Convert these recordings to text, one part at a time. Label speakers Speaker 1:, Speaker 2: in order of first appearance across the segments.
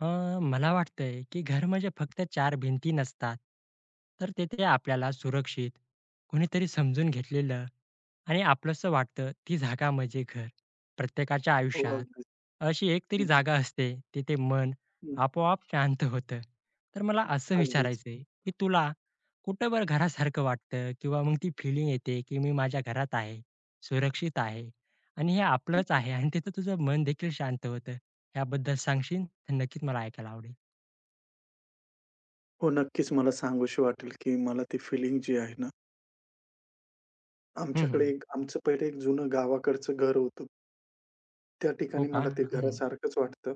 Speaker 1: मला वाटतंय, की घर म्हणजे फक्त चार भिंती नसतात. तर तिथे आपल्याला सुरक्षित, कोणीतरी समजून घेतलेलं आणि आपलंसं वाटतं ती जागा म्हणजे घर. प्रत्येकाच्या
Speaker 2: हो,
Speaker 1: आयुष्यात
Speaker 2: अगदीच.
Speaker 1: अशी एक तरी
Speaker 2: हं,
Speaker 1: जागा असते, तिथे मन
Speaker 2: हं.
Speaker 1: आपोआप शांत होतं. तर मला असं
Speaker 2: अगदीच.
Speaker 1: विचारायचंय, की तुला कुठं बरं घरासारखं वाटतं किंवा मग ती फीलिंग येते, की मी माझ्या घरात आहे, सुरक्षित आहे आणि हे
Speaker 2: हं,
Speaker 1: आपलंच
Speaker 2: हं.
Speaker 1: आहे आणि तिथं तुझं मन देखील शांत होतं. याबद्दल सांगशील? तर नक्कीच मला ऐकायला आवडेल.
Speaker 2: हो, नक्कीच मला सांगूशी वाटेल, की मला ती फिलिंग जी आहे ना,
Speaker 1: हं,
Speaker 2: आमच्याकडे
Speaker 1: हं.
Speaker 2: एक आमचं पहिले एक जुनं गावाकडचं घर होतं. त्या
Speaker 1: हो
Speaker 2: ठिकाणी
Speaker 1: का?
Speaker 2: मला ते
Speaker 1: हं.
Speaker 2: घरासारखंच वाटतं.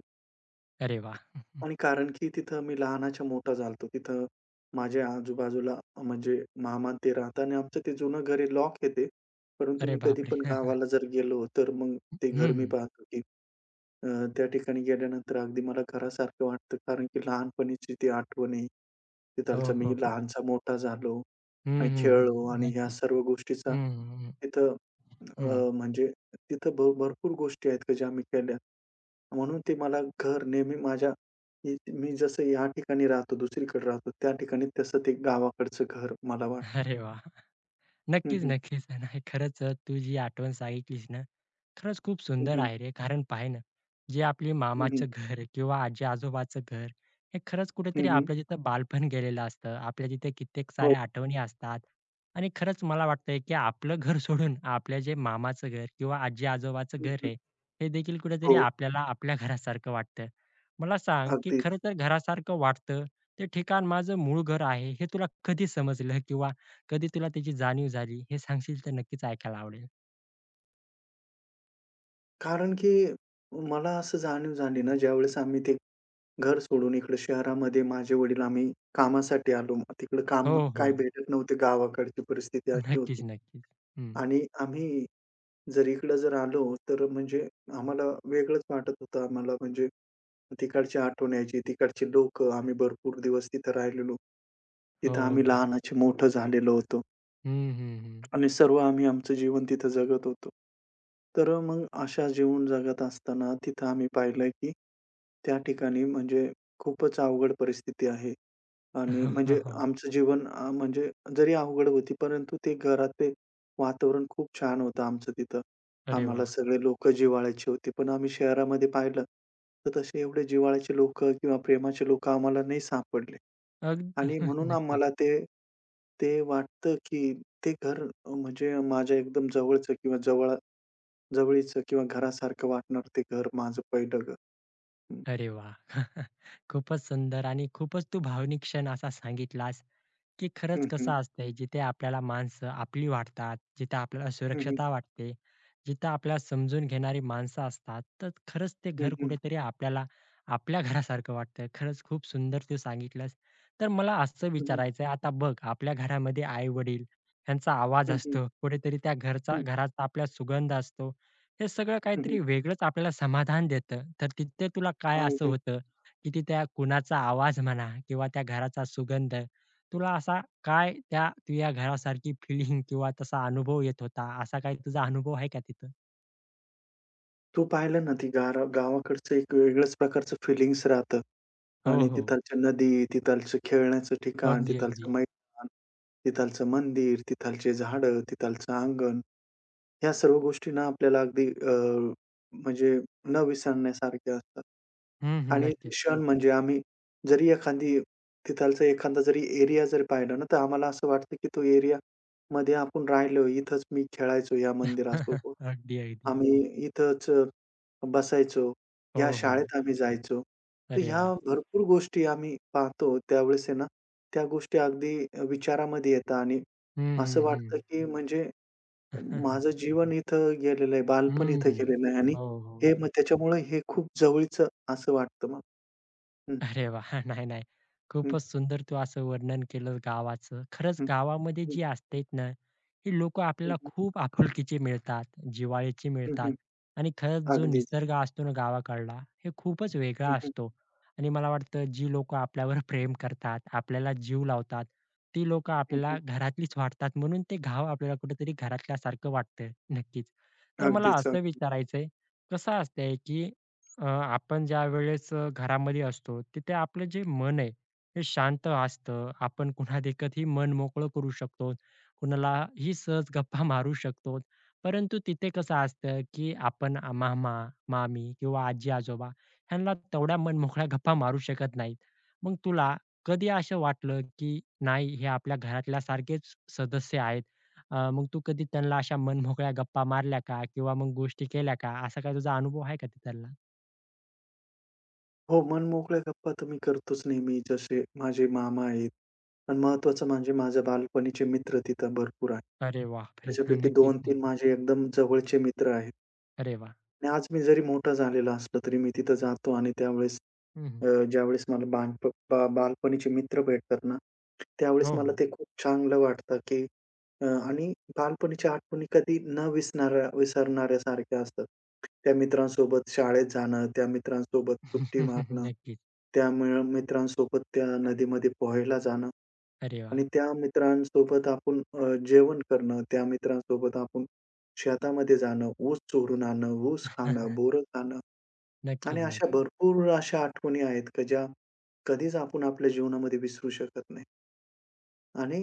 Speaker 1: अरे वाह!
Speaker 2: आणि कारण की तिथं मी लहानाच्या मोठा झालो होतो. तिथं माझ्या आजूबाजूला म्हणजे मामा ते राहतात आणि आमचं ते जुनं घर आहे, लॉक आहे ते. परंतु
Speaker 1: अरे
Speaker 2: मी कधी पण
Speaker 1: बापरे!
Speaker 2: गावाला जर गेलो, तर मग ते
Speaker 1: हं,
Speaker 2: घर मी
Speaker 1: हं.
Speaker 2: पाहतो की अ, त्या ठिकाणी गेल्यानंतर अगदी मला घरासारखं वाटतं. कारण की लहानपणीची ती आठवण आहे.
Speaker 1: हो,
Speaker 2: तिथालचा मी
Speaker 1: हो, हो.
Speaker 2: हं. मोठा झालो.
Speaker 1: हं,
Speaker 2: आणि
Speaker 1: हं,
Speaker 2: खेळलो
Speaker 1: हं.
Speaker 2: आणि ह्या
Speaker 1: नक्कीच.
Speaker 2: सर्व गोष्टीचा
Speaker 1: हं, हं,
Speaker 2: तिथं
Speaker 1: हं.
Speaker 2: म्हणजे तिथं भरपूर गोष्टी आहेत का ज्या मी केल्या. म्हणून ते मला घर नेहमी माझ्या मी मी जसं या ठिकाणी राहतो, दुसरीकडे राहतो, त्या ठिकाणी तसं ते गावाकडचं घर मला वाटतं.
Speaker 1: अरे वाह!
Speaker 2: हं,
Speaker 1: नक्कीच,
Speaker 2: हं.
Speaker 1: नक्कीच. नाही खरंच तू जी आठवण सांगितलीस ना, खरंच खूप
Speaker 2: हं,
Speaker 1: सुंदर
Speaker 2: हं.
Speaker 1: आहे रे. कारण पाहे ना, जे आपली
Speaker 2: हं, हं.
Speaker 1: मामाचं घर किंवा आजी-आजोबाचं घर, हे खरंच कुठेतरी आपलं जिथं बालपण गेलेलं असतं. आपल्या तिथे कित्येक
Speaker 2: हो.
Speaker 1: साऱ्या आठवणी असतात. आणि खरंच मला वाटतंय, की आपलं घर सोडून आपल्या जे मामाचं घर किंवा आजी-आजोबाचं
Speaker 2: हं,
Speaker 1: घर
Speaker 2: हं.
Speaker 1: आहे, हे देखील कुठेतरी
Speaker 2: हो.
Speaker 1: आपल्याला आपल्या घरासारखं वाटतं. मला सांग, की
Speaker 2: अगदीच.
Speaker 1: खरं तर घरासारखं वाटतं, ते ठिकाण माझं मूळ घर आहे, हे तुला कधी समजलं? किंवा कधी तुला त्याची जाणीव झाली हे सांगशील तर नक्कीच ऐकायला आवडेल.
Speaker 2: कारण की मला असं जाणीव झाली ना ज्यावेळेस आम्ही ते घर सोडून इकडे शहरामध्ये माझे वडील आम्ही कामासाठी आलो. मग तिकडे काम
Speaker 1: हो,
Speaker 2: काय
Speaker 1: हो.
Speaker 2: भेटत नव्हते. गावाकडची परिस्थिती अशी होती
Speaker 1: नक्कीच, नक्कीच. हं.
Speaker 2: आणि आम्ही जर इकडं आलो, तर म्हणजे आम्हाला वेगळंच वाटत होतं. आम्हाला म्हणजे तिकडची आठवण यायची. तिकडची लोकं, आम्ही भरपूर दिवस तिथं राहिलेलो.
Speaker 1: हो,
Speaker 2: तिथं आम्ही
Speaker 1: अगदी.
Speaker 2: लहानाचे मोठं झालेलो होतो.
Speaker 1: हं, हं, हं.
Speaker 2: आणि सर्व आम्ही आमचं जीवन तिथं जगत होतो. तर मग अशा जीवन जगत असताना तिथं आम्ही पाहिलं, की त्या ठिकाणी म्हणजे खूपच अवघड परिस्थिती आहे आणि
Speaker 1: हो. हो,
Speaker 2: म्हणजे
Speaker 1: हो.
Speaker 2: आमचं जीवन म्हणजे जरी अवघड होती, परंतु ते घरातले वातावरण खूप छान होतं आमचं तिथं.
Speaker 1: अरे
Speaker 2: आम्हाला
Speaker 1: वा,
Speaker 2: सगळे लोकं जिव्हाळ्याची होती. पण आम्ही शहरामध्ये पाहिलं, तर तसे एवढे जिव्हाळ्याचे लोकं किंवा प्रेमाचे लोकं आम्हाला नाही सापडले.
Speaker 1: अगदी
Speaker 2: आणि म्हणून
Speaker 1: नक्कीच.
Speaker 2: आम्हाला ते वाटतं की ते घर म्हणजे माझ्या एकदम जवळचं किंवा जवळीचं किंवा घरासारखं वाटणार ते घर माझं पहिलं घर. हं.
Speaker 1: अरे वा, खूपच सुंदर आणि खूपच तू भावनिक क्षण असा सांगितलास. की खरंच
Speaker 2: हं,
Speaker 1: कसं
Speaker 2: हं.
Speaker 1: असतंय, जिथे आपल्याला माणसं आपली वाटतात, जिथे आपल्याला
Speaker 2: हं, हं.
Speaker 1: सुरक्षता वाटते, जिथं आपल्याला समजून घेणारी माणसं असतात, तर खरंच ते
Speaker 2: हं,
Speaker 1: घर
Speaker 2: हं.
Speaker 1: कुठेतरी आपल्याला आपल्या घरासारखं वाटतं. खरंच खूप सुंदर तू सांगितलंस. तर मला असं
Speaker 2: हं, हं.
Speaker 1: विचारायचंय, आता बघ आपल्या घरामध्ये आई-वडील ह्यांचा आवाज
Speaker 2: हं, हं.
Speaker 1: असतो, कुठेतरी त्या घराचा आपला सुगंध असतो. हे सगळं काहीतरी वेगळंच आपल्याला समाधान देतं. तर तिथे तुला काय असं
Speaker 2: अगदी.
Speaker 1: होतं, की तिथे कुणाचा आवाज म्हणा किंवा त्या घराचा सुगंध तुला असा काय त्या तुझ्या घरासारखी फीलिंग किंवा तसा अनुभव येत होता? असा काही तुझा अनुभव आहे का तिथं?
Speaker 2: तू पाहिलं ना ती गारा गावाकडचं एक वेगळंच प्रकारचं फिलिंग्स राहतं
Speaker 1: हो,
Speaker 2: आणि
Speaker 1: हो.
Speaker 2: तिथालच्या नदी, तिथालचं खेळण्याचं ठिकाण,
Speaker 1: अगदी,
Speaker 2: तिथालचं
Speaker 1: अगदी.
Speaker 2: मैदान, तिथालचं मंदिर, तिथालचे झाडं, तिथालचं अंगण. ह्या सर्व गोष्टी ना आपल्याला अगदी म्हणजे न विसरण्यासारख्या असतात.
Speaker 1: हं, हं.
Speaker 2: आणि ते
Speaker 1: नक्कीच.
Speaker 2: क्षण म्हणजे आम्ही जरी एखादी तिथालचा एखादा जरी एरिया जरी पाहिला ना, तर आम्हाला असं वाटतं, की तो एरियामध्ये आपण राहिलो. इथंच मी खेळायचो या मंदिरासोबत.
Speaker 1: अगदी, अगदी.
Speaker 2: आम्ही इथंच बसायचो. ह्या
Speaker 1: हो, हो.
Speaker 2: शाळेत आम्ही जायचो. तर
Speaker 1: अरे
Speaker 2: ह्या
Speaker 1: वाह!
Speaker 2: भरपूर गोष्टी आम्ही पाहतो त्यावेळेस आहे ना, त्या गोष्टी अगदी विचारामध्ये येतात आणि
Speaker 1: हं,
Speaker 2: असं
Speaker 1: हं,
Speaker 2: वाटतं,
Speaker 1: हं.
Speaker 2: की म्हणजे माझं जीवन इथं गेलेलं आहे, बालपण इथं
Speaker 1: हं.
Speaker 2: गेलेलं आहे आणि
Speaker 1: हो, हो.
Speaker 2: हे मग त्याच्यामुळे हे खूप जवळचं असं वाटतं मला. हं,
Speaker 1: अरे वाह! नाही, नाही.
Speaker 2: हं,
Speaker 1: खूपच सुंदर तू असं वर्णन केलं गावाचं. खरंच
Speaker 2: हं,
Speaker 1: गावामध्ये
Speaker 2: हं,
Speaker 1: जी असतेत ना, ही लोकं आपल्याला
Speaker 2: हं,
Speaker 1: खूप आपुलकीची मिळतात, जिव्हाळ्याची
Speaker 2: हं,
Speaker 1: मिळतात
Speaker 2: हं,
Speaker 1: आणि खरंच जो
Speaker 2: अगदीच.
Speaker 1: निसर्ग असतो ना गावाकडला, हे खूपच वेगळा
Speaker 2: हं, हं,
Speaker 1: असतो आणि मला वाटतं जी लोकं आपल्यावर प्रेम करतात, आपल्याला जीव लावतात, ती लोकं
Speaker 2: हं,
Speaker 1: आपल्याला
Speaker 2: हं.
Speaker 1: घरातलीच वाटतात म्हणून ते गाव आपल्याला कुठेतरी घरातल्यासारखं वाटतं. नक्कीच. तर मला
Speaker 2: अगदीच,
Speaker 1: असं
Speaker 2: अगदी.
Speaker 1: विचारायचंय, कसं असतंय की आपण ज्यावेळेस घरामध्ये असतो, तिथे आपलं जे मन आहे, हे शांत असतं. आपण कुणादेखतही मन मोकळं करू शकतो. कुणालाही सहज गप्पा मारू शकतो. परंतु तिथे कसं असतं, की आपण मामा, मामी किंवा आजी-आजोबा ह्यांना तेवढ्या मनमोकळ्या गप्पा मारू शकत नाहीत. मग तुला कधी असं वाटलं, की नाही हे आपल्या घरातल्यासारखेच सदस्य आहेत. मग तू कधी त्यांना अशा मनमोकळ्या गप्पा मारल्या का? किंवा मग गोष्टी केल्या का? असा काही तुझा अनुभव आहे का तिथला?
Speaker 2: हो, मनमोकळ्या गप्पा तर मी करतोच नेहमी. जसे माझे मामा आहेत आणि महत्त्वाचं म्हणजे माझे बालपणीचे मित्र तिथं भरपूर आहेत.
Speaker 1: अरे बापरे! हां,
Speaker 2: त्याच्यापैकी
Speaker 1: नक्कीच, नक्की.
Speaker 2: 2-3 माझे एकदम जवळचे मित्र आहेत
Speaker 1: अरे वाह!
Speaker 2: आणि आज मी जरी मोठा झालेला असलो, तरी मी तिथं जातो आणि त्यावेळेस
Speaker 1: हं, हं.
Speaker 2: ज्यावेळेस मला बानप बा बालपणीचे मित्र भेटतात ना, त्यावेळेस
Speaker 1: हो,
Speaker 2: मला
Speaker 1: हो.
Speaker 2: ते खूप चांगलं वाटतं, की आणि बालपणीच्या आठवणी कधी न विसणाऱ्या विसरणाऱ्यासारख्या असतात. त्या मित्रांसोबत शाळेत जाणं, त्या मित्रांसोबत सुट्टी मारणं,
Speaker 1: नक्कीच.
Speaker 2: त्या मिळ मित्रांसोबत त्या नदीमध्ये पोहायला जाणं
Speaker 1: अरे वाह!
Speaker 2: आणि त्या मित्रांसोबत आपण जेवण करणं, त्या मित्रांसोबत आपण शेतामध्ये जाणं, ऊस चोरून आणणं, ऊस खाणं, बोरं खाणं आणि
Speaker 1: नक्कीच,
Speaker 2: अशा
Speaker 1: नक्कीच.
Speaker 2: भरपूर अशा आठवणी आहेत, की ज्या कधीच आपण आपल्या जीवनामध्ये विसरू शकत नाही. आणि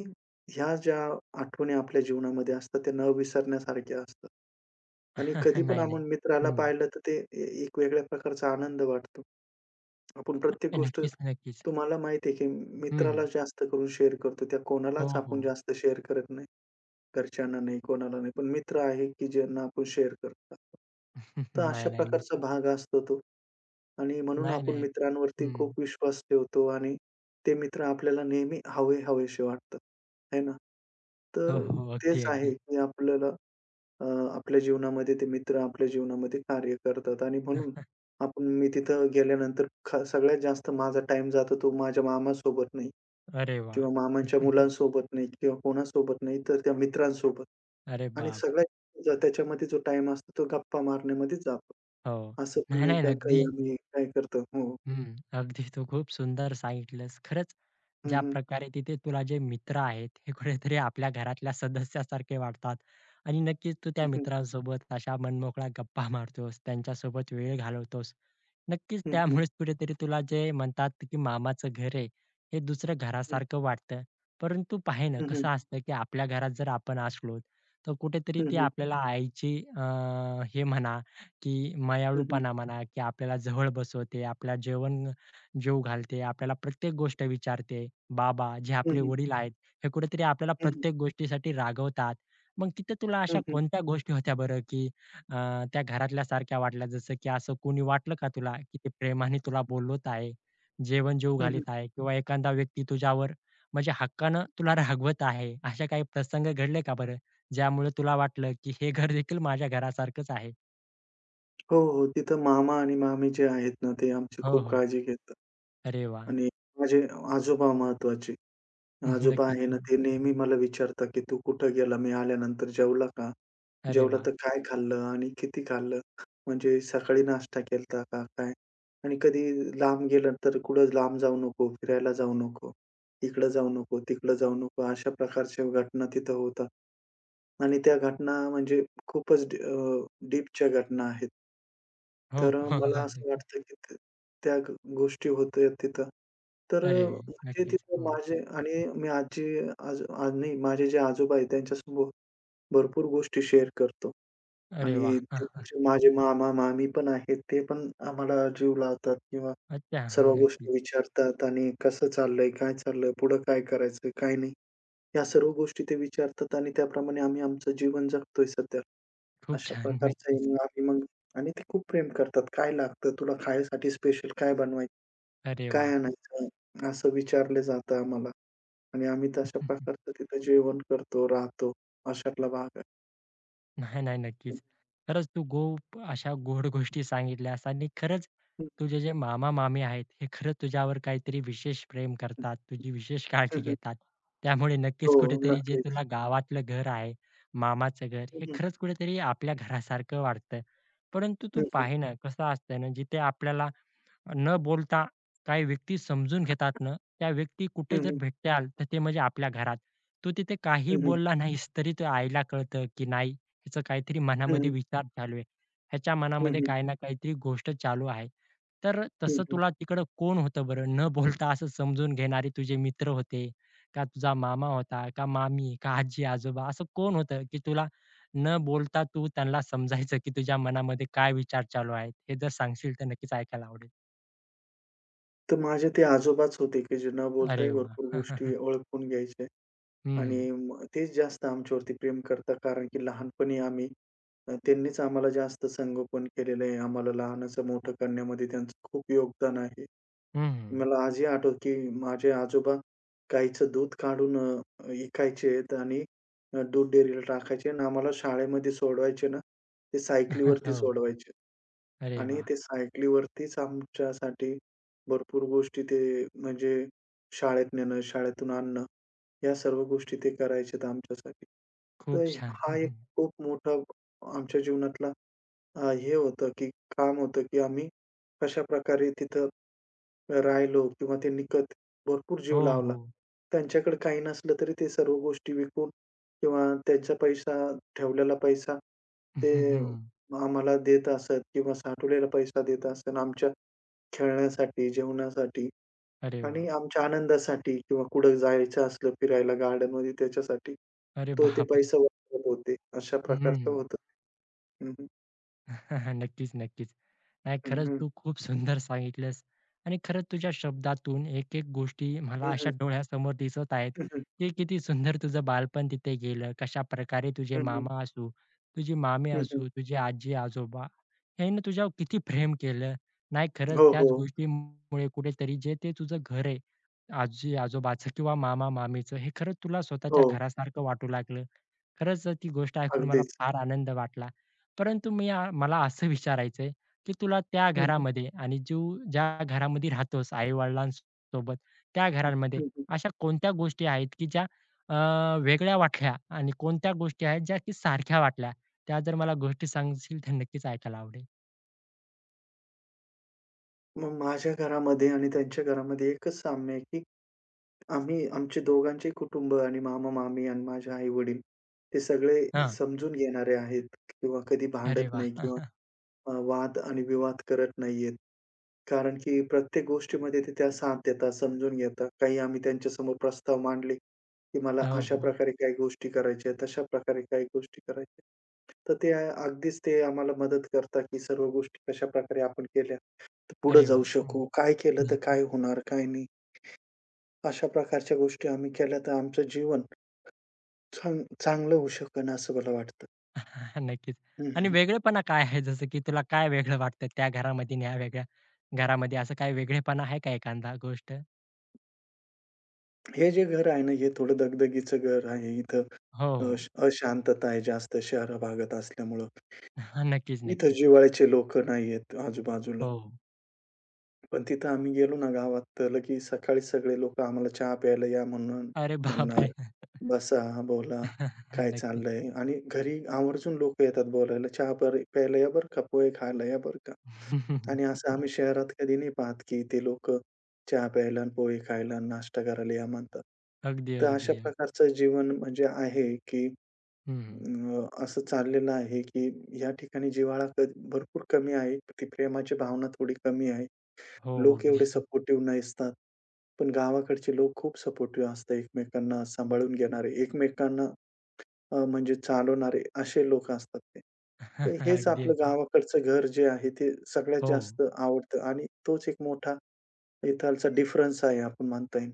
Speaker 2: ह्या ज्या आठवणी आपल्या जीवनामध्ये असतात, त्या न विसरण्यासारख्या असतात. आणि कधी पण
Speaker 1: नाही,
Speaker 2: आपण
Speaker 1: नाही.
Speaker 2: मित्राला
Speaker 1: हं.
Speaker 2: पाहिलं, तर ते एक वेगळ्या प्रकारचा आनंद वाटतो. आपण प्रत्येक गोष्ट
Speaker 1: नक्कीच, नक्कीच.
Speaker 2: तुम्हाला माहिती आहे, की
Speaker 1: हं, हं.
Speaker 2: मित्राला जास्त करून शेअर करतो. त्या
Speaker 1: हो,
Speaker 2: कोणालाच आपण
Speaker 1: हो.
Speaker 2: जास्त शेअर करत नाही. घरच्यांना नाही, कोणाला नाही. पण मित्र आहे, की ज्यांना आपण शेअर करत तर अशा
Speaker 1: नाही, नाही.
Speaker 2: प्रकारचा
Speaker 1: नक्कीच.
Speaker 2: भाग असतो तो. आणि म्हणून
Speaker 1: नाही,
Speaker 2: आपण
Speaker 1: नाही.
Speaker 2: मित्रांवरती
Speaker 1: हं.
Speaker 2: खूप विश्वास ठेवतो आणि ते मित्र आपल्याला नेहमी हवे हवेसे वाटतात, है ना?
Speaker 1: हो,
Speaker 2: तर
Speaker 1: हो.
Speaker 2: तेच
Speaker 1: अगदी,
Speaker 2: आहे
Speaker 1: अगदी.
Speaker 2: की आपल्याला अ, आपल्या जीवनामध्ये ते मित्र आपल्या जीवनामध्ये कार्य करतात आणि म्हणून मी तिथं गेल्यानंतर सगळ्यात जास्त माझा टाईम जातो तो माझ्या मामासोबत नाही
Speaker 1: अरे वाह!
Speaker 2: किंवा मामांच्या मुलांसोबत नाही किंवा कोणासोबत नाही, तर त्या मित्रांसोबत
Speaker 1: अरे
Speaker 2: आणि
Speaker 1: बाप!
Speaker 2: सगळ्यात त्याच्यामध्ये जो टाईम असतो तो गप्पा मारण्यामध्येच जातो.
Speaker 1: हो.
Speaker 2: असं पण
Speaker 1: नाही,
Speaker 2: नाही
Speaker 1: नाही.
Speaker 2: का काही
Speaker 1: अगदी
Speaker 2: आम्ही काय करतो हो.
Speaker 1: हम्म. अगदी तू खूप सुंदर सांगितलंस. खरंच
Speaker 2: हं,
Speaker 1: ज्या
Speaker 2: हं.
Speaker 1: प्रकारे तिथे तुला जे मित्र आहेत हे कुठेतरी आपल्या घरातल्या सदस्यासारखे वाटतात आणि नक्कीच तू त्या
Speaker 2: हं, हं,
Speaker 1: मित्रांसोबत अशा मनमोकळ्या गप्पा मारतोस, त्यांच्यासोबत वेळ घालवतोस. नक्कीच
Speaker 2: हं, हं,
Speaker 1: त्यामुळेच कुठेतरी तुला जे म्हणतात की मामाचं घर आहे, हे दुसरं
Speaker 2: हं,
Speaker 1: घरासारखं वाटतं. परंतु पाहे ना
Speaker 2: हं, हं,
Speaker 1: कसं असतं की आपल्या घरात जर आपण असलो, तर कुठेतरी
Speaker 2: हं,
Speaker 1: ती
Speaker 2: हं, हं,
Speaker 1: आपल्याला आईची हे म्हणा की
Speaker 2: हं, हं,
Speaker 1: मायाळूपणा म्हणा, की आपल्याला जवळ बसवते, आपल्याला जेवण जेवू घालते, आपल्याला प्रत्येक गोष्ट विचारते. बाबा जे आपले
Speaker 2: हं,
Speaker 1: वडील आहेत, हे कुठेतरी आपल्याला
Speaker 2: हं,
Speaker 1: प्रत्येक गोष्टीसाठी रागवतात. मग तिथं तुला अशा
Speaker 2: हं,
Speaker 1: कोणत्या गोष्टी होत्या बरं, की अ, त्या घरातल्यासारख्या वाटल्या? जसं की असं कोणी वाटलं का तुला, की ते प्रेमाने तुला बोलवत आहे, जेवण जेवू घालीत आहे किंवा एखादा व्यक्ती तुझ्यावर म्हणजे हक्कानं तुला रागवत आहे, असे काही प्रसंग घडले का बरं? ज्यामुळे तुला वाटलं, की हे घर देखील माझ्या घरासारखंच आहे?
Speaker 2: हो, हो. तिथं मामा आणि मामी जे आहेत ना, ते आमची
Speaker 1: हो,
Speaker 2: खूप
Speaker 1: हो.
Speaker 2: काळजी घेतात
Speaker 1: अरे वाह!
Speaker 2: आणि माझे आजोबा महत्त्वाचे. आजोबा
Speaker 1: नक्कीच.
Speaker 2: आहे ना, ते नेहमी मला विचारतात, की "तू कुठं गेला? मी आल्यानंतर जेवला का?
Speaker 1: अरे
Speaker 2: जेवला
Speaker 1: वाह!
Speaker 2: तर काय खाल्लं आणि किती खाल्लं? म्हणजे सकाळी नाश्ता केलता का काय?" आणि कधी लांब गेलं तर कुठं लांब जाऊ नको, फिरायला जाऊ नको, इकडं जाऊ नको, तिकडं जाऊ नको. अशा प्रकारच्या घटना तिथं होतात. आणि त्या घटना म्हणजे खूपच डीपच्या घटना आहेत.
Speaker 1: हो,
Speaker 2: तर
Speaker 1: हो.
Speaker 2: मला असं
Speaker 1: नक्की.
Speaker 2: वाटतं, की त्या ग गोष्टी होत्या तिथं. तर
Speaker 1: अरे
Speaker 2: म्हणजे
Speaker 1: नक्कीच.
Speaker 2: तिथं
Speaker 1: हं.
Speaker 2: माझे आणि मी आजी आज आज नाही माझे जे आजोबा आहेत त्यांच्यासमोर भरपूर गोष्टी शेअर करतो.
Speaker 1: अरे
Speaker 2: आणि
Speaker 1: वाह! हां.
Speaker 2: तिकडचे माझे मामा-मामी पण आहेत. ते पण आम्हाला जीव लावतात किंवा
Speaker 1: अच्छा. हां,
Speaker 2: सर्व गोष्टी
Speaker 1: नक्कीच.
Speaker 2: विचारतात आणि कसं चाललंय, काय चाललंय, पुढं काय करायचं, काय नाही. या सर्व गोष्टी ते विचारतात आणि त्याप्रमाणे आम्ही आमचं जीवन जगतोय सध्या.
Speaker 1: खूप
Speaker 2: अशा
Speaker 1: छान.
Speaker 2: प्रकारचं आहे.
Speaker 1: नक्कीच.
Speaker 2: मग आम्ही मग आणि ते खूप प्रेम करतात. काय लागतं तुला खायसाठी स्पेशल काय बनवायचं?
Speaker 1: अरे
Speaker 2: काय
Speaker 1: वाह!
Speaker 2: आणायचं? असं विचारलं जातं आम्हाला आणि आम्ही तशा प्रकारचं तिथं जेवण करतो, राहतो. अशातला भाग आहे.
Speaker 1: नाही, नाही.
Speaker 2: हं,
Speaker 1: नक्कीच. खरंच तू खूप अशा गोड गोष्टी सांगितल्यास आणि खरंच
Speaker 2: हं,
Speaker 1: तुझे जे मामा-मामी आहेत, हे खरंच तुझ्यावर काहीतरी विशेष प्रेम करतात, तुझी विशेष
Speaker 2: हं,
Speaker 1: काळजी
Speaker 2: हं.
Speaker 1: घेतात. त्यामुळे
Speaker 2: हो,
Speaker 1: नक्कीच कुठेतरी जे
Speaker 2: नक्कीच.
Speaker 1: तुला गावातलं घर आहे, मामाचं घर,
Speaker 2: हं,
Speaker 1: हे
Speaker 2: हं.
Speaker 1: खरंच कुठेतरी आपल्या घरासारखं वाटतं. परंतु
Speaker 2: हं,
Speaker 1: तू
Speaker 2: हं.
Speaker 1: पाहे ना, कसं असतं ना, जिथे आपल्याला न बोलता काही व्यक्ती समजून घेतात ना, त्या व्यक्ती
Speaker 2: हं,
Speaker 1: कुठे जर
Speaker 2: हं.
Speaker 1: भेटाल, तर ते म्हणजे आपल्या घरात. तू तिथे काही
Speaker 2: हं, हं.
Speaker 1: बोलला नाहीस, तरी तो आईला कळतं, की नाही हिचं काहीतरी
Speaker 2: हं,
Speaker 1: मनामध्ये
Speaker 2: हं.
Speaker 1: विचार चालू आहे. ह्याच्या मनामध्ये
Speaker 2: हं,
Speaker 1: काही ना काहीतरी गोष्ट चालू आहे. तर तसं तुला तिकडं कोण होतं बरं? न बोलता असं समजून घेणारे तुझे मित्र होते, का तुझा मामा होता, का मामी, का आजी-आजोबा असं कोण होतं, की तुला न बोलता तू त्यांना समजायचं, की तुझ्या मनामध्ये काय विचार चालू आहेत? हे जर सांगशील तर नक्कीच ऐकायला आवडेल.
Speaker 2: तर माझे ते आजोबाच होते, की जे न बोलताही
Speaker 1: अरे
Speaker 2: भरपूर गोष्टी
Speaker 1: वाह!
Speaker 2: ओळखून घ्यायचे
Speaker 1: हं,
Speaker 2: आणि
Speaker 1: हं.
Speaker 2: मग तेच जास्त आमच्यावरती प्रेम करतात. कारण की लहानपणी आम्ही त्यांनीच आम्हाला जास्त संगोपन केलेलं आहे. आम्हाला लहानाचं मोठं करण्यामध्ये त्यांचं खूप योगदान आहे.
Speaker 1: हं, हं.
Speaker 2: मला आजही आठवतं, की माझे आजोबा गाईचं दूध काढून विकायचेत आणि दूध डेअरीला टाकायचे आणि आम्हाला शाळेमध्ये सोडवायचे ना, ते सायकलीवरती
Speaker 1: हो.
Speaker 2: सोडवायचे.
Speaker 1: अरे
Speaker 2: आणि
Speaker 1: वाह!
Speaker 2: ते सायकलीवरतीच आमच्यासाठी भरपूर गोष्टी ते म्हणजे शाळेत नेणं, शाळेतून आणणं, या सर्व गोष्टी ते करायचेत आमच्यासाठी. तर
Speaker 1: खूप छान. हं,
Speaker 2: हा एक
Speaker 1: हं.
Speaker 2: खूप मोठा आमच्या जीवनातला हे होतं की काम होतं की आम्ही कशाप्रकारे तिथं राहिलो किंवा ते निकत भरपूर जीव
Speaker 1: हो,
Speaker 2: लावला.
Speaker 1: हो.
Speaker 2: त्यांच्याकडे काही नसलं तरी ते सर्व गोष्टी विकून किंवा त्यांचा पैसा ठेवलेला पैसा ते
Speaker 1: हं, हं.
Speaker 2: आम्हाला देत असत किंवा साठवलेला पैसा देत असत. आमच्या खेळण्यासाठी, जेवणासाठी
Speaker 1: अरे वाह!
Speaker 2: आणि आमच्या आनंदासाठी किंवा कुठं जायचं असलं फिरायला गार्डनमध्ये त्याच्यासाठी,
Speaker 1: अरे
Speaker 2: ते
Speaker 1: बापरे!
Speaker 2: पैसा वापरत होते. अशा
Speaker 1: हं,
Speaker 2: प्रकारचं
Speaker 1: हं.
Speaker 2: होतं. हं, हं.
Speaker 1: नक्कीच, नक्कीच. नाही,
Speaker 2: हं,
Speaker 1: खरंच
Speaker 2: हं.
Speaker 1: तू खूप सुंदर सांगितलंस आणि खरंच तुझ्या शब्दातून एक-एक गोष्टी मला अशा डोळ्यासमोर दिसत आहेत,
Speaker 2: हं, हं.
Speaker 1: की किती सुंदर तुझं बालपण तिथे गेलं. कशाप्रकारे तुझे
Speaker 2: हं, हं.
Speaker 1: मामा असू, तुझी मामी
Speaker 2: हं, हं.
Speaker 1: असू, तुझे आजी-आजोबा यांनी तुझ्यावर किती प्रेम केलं. नाही, खरंच
Speaker 2: हो,
Speaker 1: त्याच
Speaker 2: हो.
Speaker 1: गोष्टीमुळे कुठेतरी जे ते तुझं घर आहे, आजी-आजोबाचं किंवा मामा-मामीचं, हे खरंच तुला स्वतःच्या
Speaker 2: हो.
Speaker 1: घरासारखं वाटू लागलं. खरंच ती गोष्ट ऐकून मला
Speaker 2: अगदीच.
Speaker 1: फार आनंद वाटला. परंतु मला असं विचारायचंय की तुला त्या
Speaker 2: हं, हं.
Speaker 1: घरामध्ये आणि तू ज्या घरामध्ये राहतोस आई-वडिलांसोबत, त्या
Speaker 2: हं,
Speaker 1: घरांमध्ये
Speaker 2: हं, हं.
Speaker 1: अशा कोणत्या गोष्टी आहेत की ज्या अ, वेगळ्या वाटल्या आणि कोणत्या गोष्टी आहेत ज्या की सारख्या वाटल्या? त्या जर मला गोष्टी सांगशील तर नक्कीच ऐकायला आवडेल.
Speaker 2: मग माझ्या घरामध्ये आणि त्यांच्या घरामध्ये एकच साम्य आहे, की आम्ही आमचे दोघांचे कुटुंब आणि मामा-मामी आणि माझे आई-वडील ते सगळे
Speaker 1: हां.
Speaker 2: समजून घेणारे आहेत किंवा कधी
Speaker 1: अरे
Speaker 2: भांडत
Speaker 1: वाह!
Speaker 2: नाही किंवा वाद आणि विवाद करत नाहीयेत. कारण की प्रत्येक गोष्टीमध्ये ते त्या साथ देतात, समजून घेतात. काही आम्ही त्यांच्यासमोर प्रस्ताव मांडले, की मला
Speaker 1: हो,
Speaker 2: अशा
Speaker 1: हो.
Speaker 2: प्रकारे काही गोष्टी करायच्या आहेत, तशा प्रकारे काही गोष्टी करायच्या आहेत. तर ते अगदीच आम्हाला मदत करतात, की सर्व गोष्टी कशाप्रकारे आपण केल्या, तर पुढे
Speaker 1: अरे वाह!
Speaker 2: जाऊ शकू.
Speaker 1: हं.
Speaker 2: काय केलं तर काय होणार, काय नाही. अशा प्रकारच्या गोष्टी आम्ही केल्या तर आमचं जीवन चांगलं होऊ शकेन असं मला वाटतं.
Speaker 1: नक्कीच.
Speaker 2: हं,
Speaker 1: आणि
Speaker 2: हं.
Speaker 1: वेगळेपणा काय आहे? जसं की तुला काय वेगळं वाटतं त्या घरामध्ये आणि ह्या वेगळ्या घरामध्ये असं काही वेगळेपणा आहे का एखादा गोष्ट?
Speaker 2: हे जे घर आहे ना, हे थोडं दगदगीचं घर आहे. इथं
Speaker 1: हो, हो.
Speaker 2: अशांतता आहे जास्त शहरा भागात असल्यामुळं.
Speaker 1: नक्कीच,
Speaker 2: इथं
Speaker 1: नक्कीच.
Speaker 2: जिव्हाळ्याचे लोकं नाहीयेत आजूबाजूला.
Speaker 1: हो. हो.
Speaker 2: पण तिथं आम्ही गेलो ना गावात, तर लगेच सकाळी सगळे लोकं आम्हाला चहा प्यायला या म्हणून
Speaker 1: अरे
Speaker 2: म्हणणार.
Speaker 1: बापरे!
Speaker 2: बसा, बोला, काय
Speaker 1: नक्कीच.
Speaker 2: चाललंय? आणि घरी आवर्जून लोक येतात बोलायला, "चहा प्यायला या बरं का, पोहे खायला या बरं का." आणि असं आम्ही शहरात कधी नाही पाहत, की ते लोकं चहा प्यायला आणि पोहे खायला आणि नाश्ता करायला या म्हणतात.
Speaker 1: अगदी,
Speaker 2: तर
Speaker 1: अगदी.
Speaker 2: अशा
Speaker 1: अग
Speaker 2: प्रकारचं जीवन म्हणजे आहे, की
Speaker 1: हं,
Speaker 2: असं चाललेलं आहे, की या ठिकाणी जिव्हाळा क भरपूर कमी आहे. ती प्रेमाची भावना थोडी कमी आहे.
Speaker 1: हो,
Speaker 2: लोक एवढे
Speaker 1: अगदी.
Speaker 2: सपोर्टिव्ह नसतात. पण गावाकडचे लोक खूप सपोर्टिव्ह असतात. एकमेकांना सांभाळून घेणारे, एकमेकांना म्हणजे चालवणारे असे लोक असतात ते. तर हेच
Speaker 1: अगदी,
Speaker 2: आपलं
Speaker 1: अगदी.
Speaker 2: गावाकडचं घर जे आहे ते सगळ्यात
Speaker 1: हो.
Speaker 2: जास्त आवडतं आणि तोच एक मोठा इथालचा डिफरन्स आहे आपण म्हणता येईल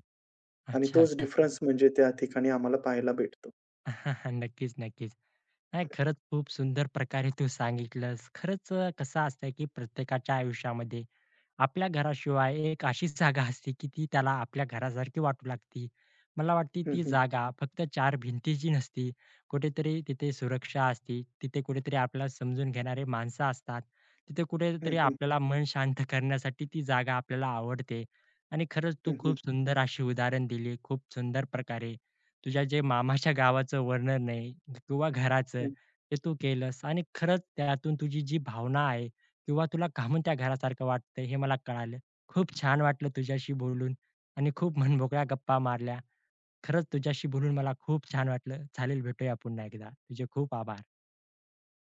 Speaker 2: आणि
Speaker 1: अच्छा,
Speaker 2: तोच
Speaker 1: अच्छा.
Speaker 2: डिफरन्स म्हणजे त्या ठिकाणी आम्हाला पाहायला भेटतो.
Speaker 1: नक्कीच, नक्कीच. नाही खरंच खूप सुंदर प्रकारे तू सांगितलंस. खरंच कसं असतंय की प्रत्येकाच्या आयुष्यामध्ये आपल्या घराशिवाय एक अशी जागा असते, की ती त्याला आपल्या घरासारखी वाटू लागते. मला वाटते
Speaker 2: हं,
Speaker 1: ती
Speaker 2: हं.
Speaker 1: जागा फक्त चार भिंतीची नसती. कुठेतरी तिथे सुरक्षा असते. तिथे कुठेतरी आपल्याला समजून घेणारे माणसं असतात. तिथे
Speaker 2: हं,
Speaker 1: कुठेतरी
Speaker 2: हं.
Speaker 1: आपल्याला मन शांत करण्यासाठी ती जागा आपल्याला आवडते. आणि खरंच तू
Speaker 2: हं, हं.
Speaker 1: खूप सुंदर अशी उदाहरण दिली. खूप सुंदर प्रकारे तुझ्या जे मामाच्या गावाचं वर्णन आहे किंवा घराचं, ते तू केलंस आणि खरंच त्यातून तुझी जी भावना आहे किंवा तुला का म्हणून त्या घरासारखं वाटतंय हे मला कळालं. खूप छान वाटलं तुझ्याशी बोलून आणि खूप मनमोकळ्या गप्पा मारल्या. खरंच तुझ्याशी बोलून मला खूप छान वाटलं. चालेल भेटूया पुन्हा एकदा. तुझे खूप आभार.